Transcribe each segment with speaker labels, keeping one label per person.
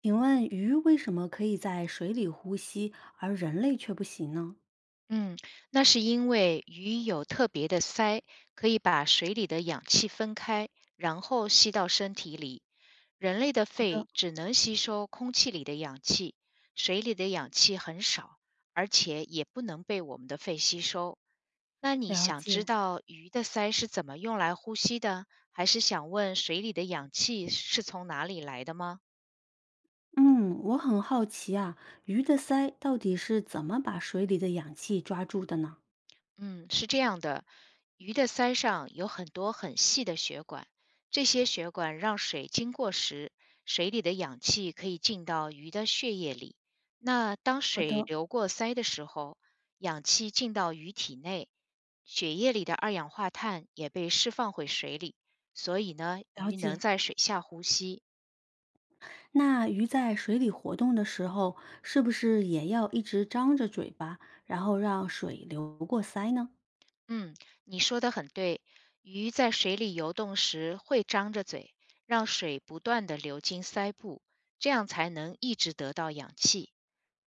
Speaker 1: 请问鱼为什么可以在水里呼吸，而人类却不行呢？
Speaker 2: 嗯，那是因为鱼有特别的鳃，可以把水里的氧气分开，然后吸到身体里。人类的
Speaker 1: 好的，
Speaker 2: 肺只能吸收空气里的氧气，水里的氧气很少，而且也不能被我们的肺吸收。那你
Speaker 1: 了
Speaker 2: 想知
Speaker 1: 解。
Speaker 2: 道鱼的鳃是怎么用来呼吸的，还是想问水里的氧气是从哪里来的吗？
Speaker 1: 嗯，我很好奇啊，鱼的鳃到底是怎么把水里的氧气抓住的呢？
Speaker 2: 嗯，是这样的，鱼的鳃上有很多很细的血管，这些血管让水经过时，水里的氧气可以进到鱼的血液里。那当
Speaker 1: 好
Speaker 2: 水
Speaker 1: 的，
Speaker 2: 流过鳃的时候，氧气进到鱼体内，血液里的二氧化碳也被释放回水里，所以呢，
Speaker 1: 了
Speaker 2: 鱼能
Speaker 1: 解。
Speaker 2: 在水下呼吸。
Speaker 1: 那鱼在水里活动的时候，是不是也要一直张着嘴巴，然后让水流过鳃呢？
Speaker 2: 嗯，你说的很对。鱼在水里游动时会张着嘴，让水不断的流进鳃部，这样才能一直得到氧气。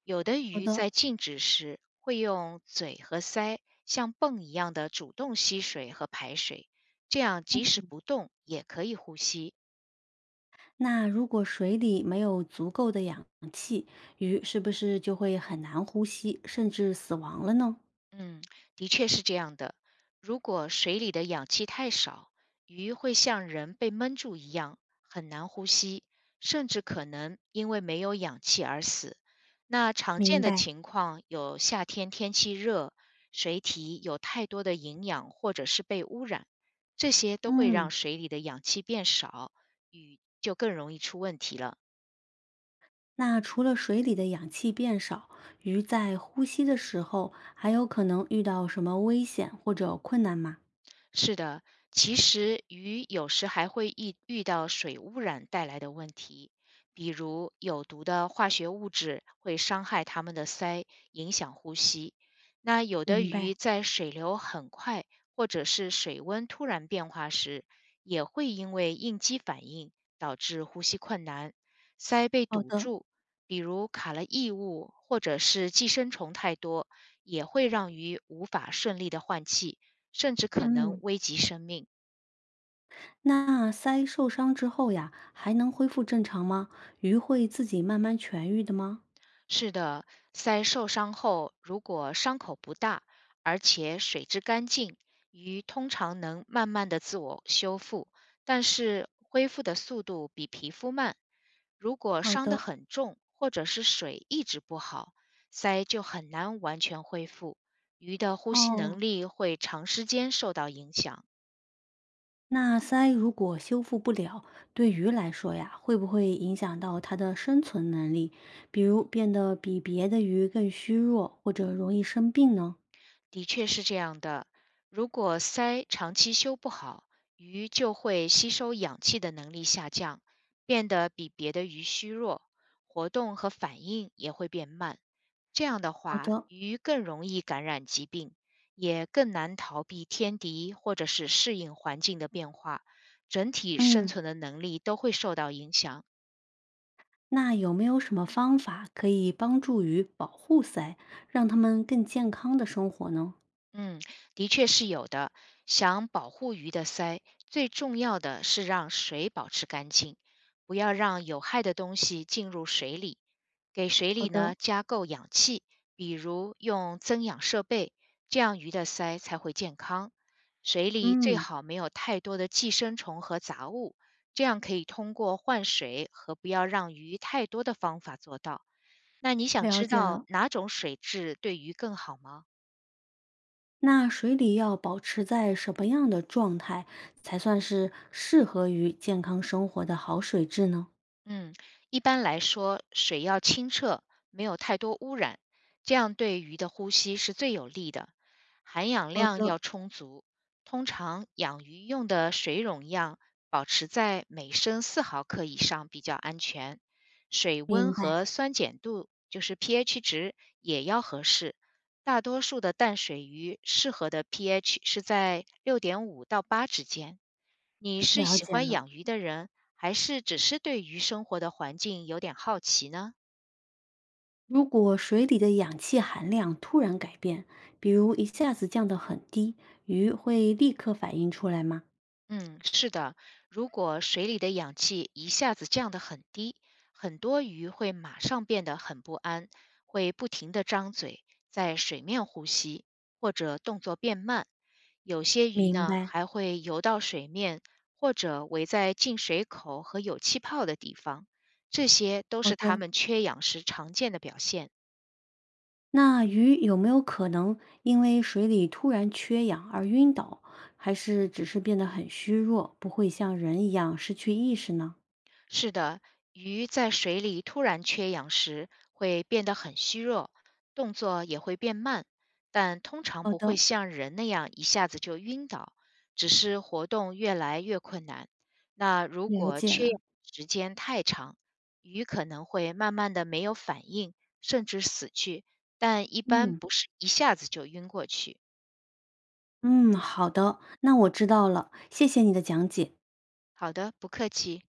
Speaker 2: 有的
Speaker 1: 好
Speaker 2: 鱼
Speaker 1: 的。
Speaker 2: 在静止时会用嘴和鳃像泵一样的主动吸水和排水，这样即使
Speaker 1: 嗯
Speaker 2: 不动也可以呼吸。
Speaker 1: 那如果水里没有足够的氧气，鱼是不是就会很难呼吸，甚至死亡了呢？
Speaker 2: 嗯，的确是这样的。如果水里的氧气太少，鱼会像人被闷住一样，很难呼吸，甚至可能因为没有氧气而死。那常见
Speaker 1: 明
Speaker 2: 的
Speaker 1: 白。
Speaker 2: 情况有夏天天气热，水体有太多的营养或者是被污染，这些都会让
Speaker 1: 嗯，
Speaker 2: 水里的氧气变少，鱼就更容易出问题了。
Speaker 1: 那除了水里的氧气变少，鱼在呼吸的时候还有可能遇到什么危险或者困难吗？
Speaker 2: 是的，其实鱼有时还会遇到水污染带来的问题，比如有毒的化学物质会伤害它们的鳃，影响呼吸。那有的
Speaker 1: 明白。
Speaker 2: 鱼在水流很快或者是水温突然变化时，也会因为应激反应导致呼吸困难，鳃被
Speaker 1: 好
Speaker 2: 堵
Speaker 1: 的，
Speaker 2: 住，比如卡了异物或者是寄生虫太多，也会让鱼无法顺利的换气。甚至可能
Speaker 1: 嗯，
Speaker 2: 危及生命。
Speaker 1: 那鳃受伤之后呀，还能恢复正常吗？鱼会自己慢慢痊愈的吗？
Speaker 2: 是的，鳃受伤后，如果伤口不大，而且水质干净，鱼通常能慢慢的自我修复，但是恢复的速度比皮肤慢。如果
Speaker 1: 好
Speaker 2: 伤得
Speaker 1: 的，
Speaker 2: 很重，或者是水一直不好，鳃就很难完全恢复，鱼的呼吸
Speaker 1: 哦，
Speaker 2: 能力会长时间受到影响。
Speaker 1: 那鳃如果修复不了，对鱼来说呀，会不会影响到它的生存能力？比如变得比别的鱼更虚弱，或者容易生病呢？
Speaker 2: 的确是这样的。如果鳃长期修不好，鱼就会吸收氧气的能力下降，变得比别的鱼虚弱，活动和反应也会变慢。这样的
Speaker 1: 好
Speaker 2: 话，
Speaker 1: 的，
Speaker 2: 鱼更容易感染疾病，也更难逃避天敌或者是适应环境的变化，整体生
Speaker 1: 嗯。
Speaker 2: 存的能力都会受到影响。
Speaker 1: 那有没有什么方法可以帮助于保护鳃，让它们更健康的生活呢？
Speaker 2: 嗯，的确是有的。想保护鱼的鳃，最重要的是让水保持干净，不要让有害的东西进入水里。给水
Speaker 1: 好
Speaker 2: 里呢
Speaker 1: 的，
Speaker 2: 加够氧气，比如用增氧设备，这样鱼的鳃才会健康。水里最
Speaker 1: 嗯，
Speaker 2: 好没有太多的寄生虫和杂物，这样可以通过换水和不要让鱼太多的方法做到。那你想
Speaker 1: 了
Speaker 2: 知
Speaker 1: 解
Speaker 2: 道
Speaker 1: 了。
Speaker 2: 哪种水质对鱼更好吗？
Speaker 1: 那水里要保持在什么样的状态，才算是适合于健康生活的好水质呢？
Speaker 2: 嗯，一般来说，水要清澈，没有太多污染，这样对鱼的呼吸是最有利的。含氧
Speaker 1: 好
Speaker 2: 量
Speaker 1: 的，
Speaker 2: 要充足，通常养鱼用的水溶样保持在每升4毫克以上比较安全。水
Speaker 1: 明
Speaker 2: 温
Speaker 1: 白，
Speaker 2: 和酸碱度，就是 pH 值也要合适。大多数的淡水鱼适合的 pH 是在6.5到8之间。你是
Speaker 1: 了
Speaker 2: 喜
Speaker 1: 解
Speaker 2: 欢
Speaker 1: 了。
Speaker 2: 养鱼的人，还是只是对鱼生活的环境有点好奇呢？
Speaker 1: 如果水里的氧气含量突然改变，比如一下子降得很低，鱼会立刻反应出来吗？
Speaker 2: 嗯，是的，如果水里的氧气一下子降得很低，很多鱼会马上变得很不安，会不停地张嘴，在水面呼吸，或者动作变慢。有些鱼
Speaker 1: 明
Speaker 2: 呢，
Speaker 1: 白，
Speaker 2: 还会游到水面，或者围在进水口和有气泡的地方，这些都
Speaker 1: 好
Speaker 2: 是它
Speaker 1: 的。
Speaker 2: 们缺氧时常见的表现。
Speaker 1: 那鱼有没有可能因为水里突然缺氧而晕倒，还是只是变得很虚弱，不会像人一样失去意识呢？
Speaker 2: 是的，鱼在水里突然缺氧时会变得很虚弱，动作也会变慢，但通常
Speaker 1: 好
Speaker 2: 不会
Speaker 1: 的，
Speaker 2: 像人那样一下子就晕倒，只是活动越来越困难。那如
Speaker 1: 了
Speaker 2: 果
Speaker 1: 解
Speaker 2: 缺
Speaker 1: 了。
Speaker 2: 氧时间太长，鱼可能会慢慢的没有反应，甚至死去，但一般
Speaker 1: 嗯
Speaker 2: 不是一下子就晕过去。
Speaker 1: 嗯，好的，那我知道了，谢谢你的讲解。
Speaker 2: 好的，不客气。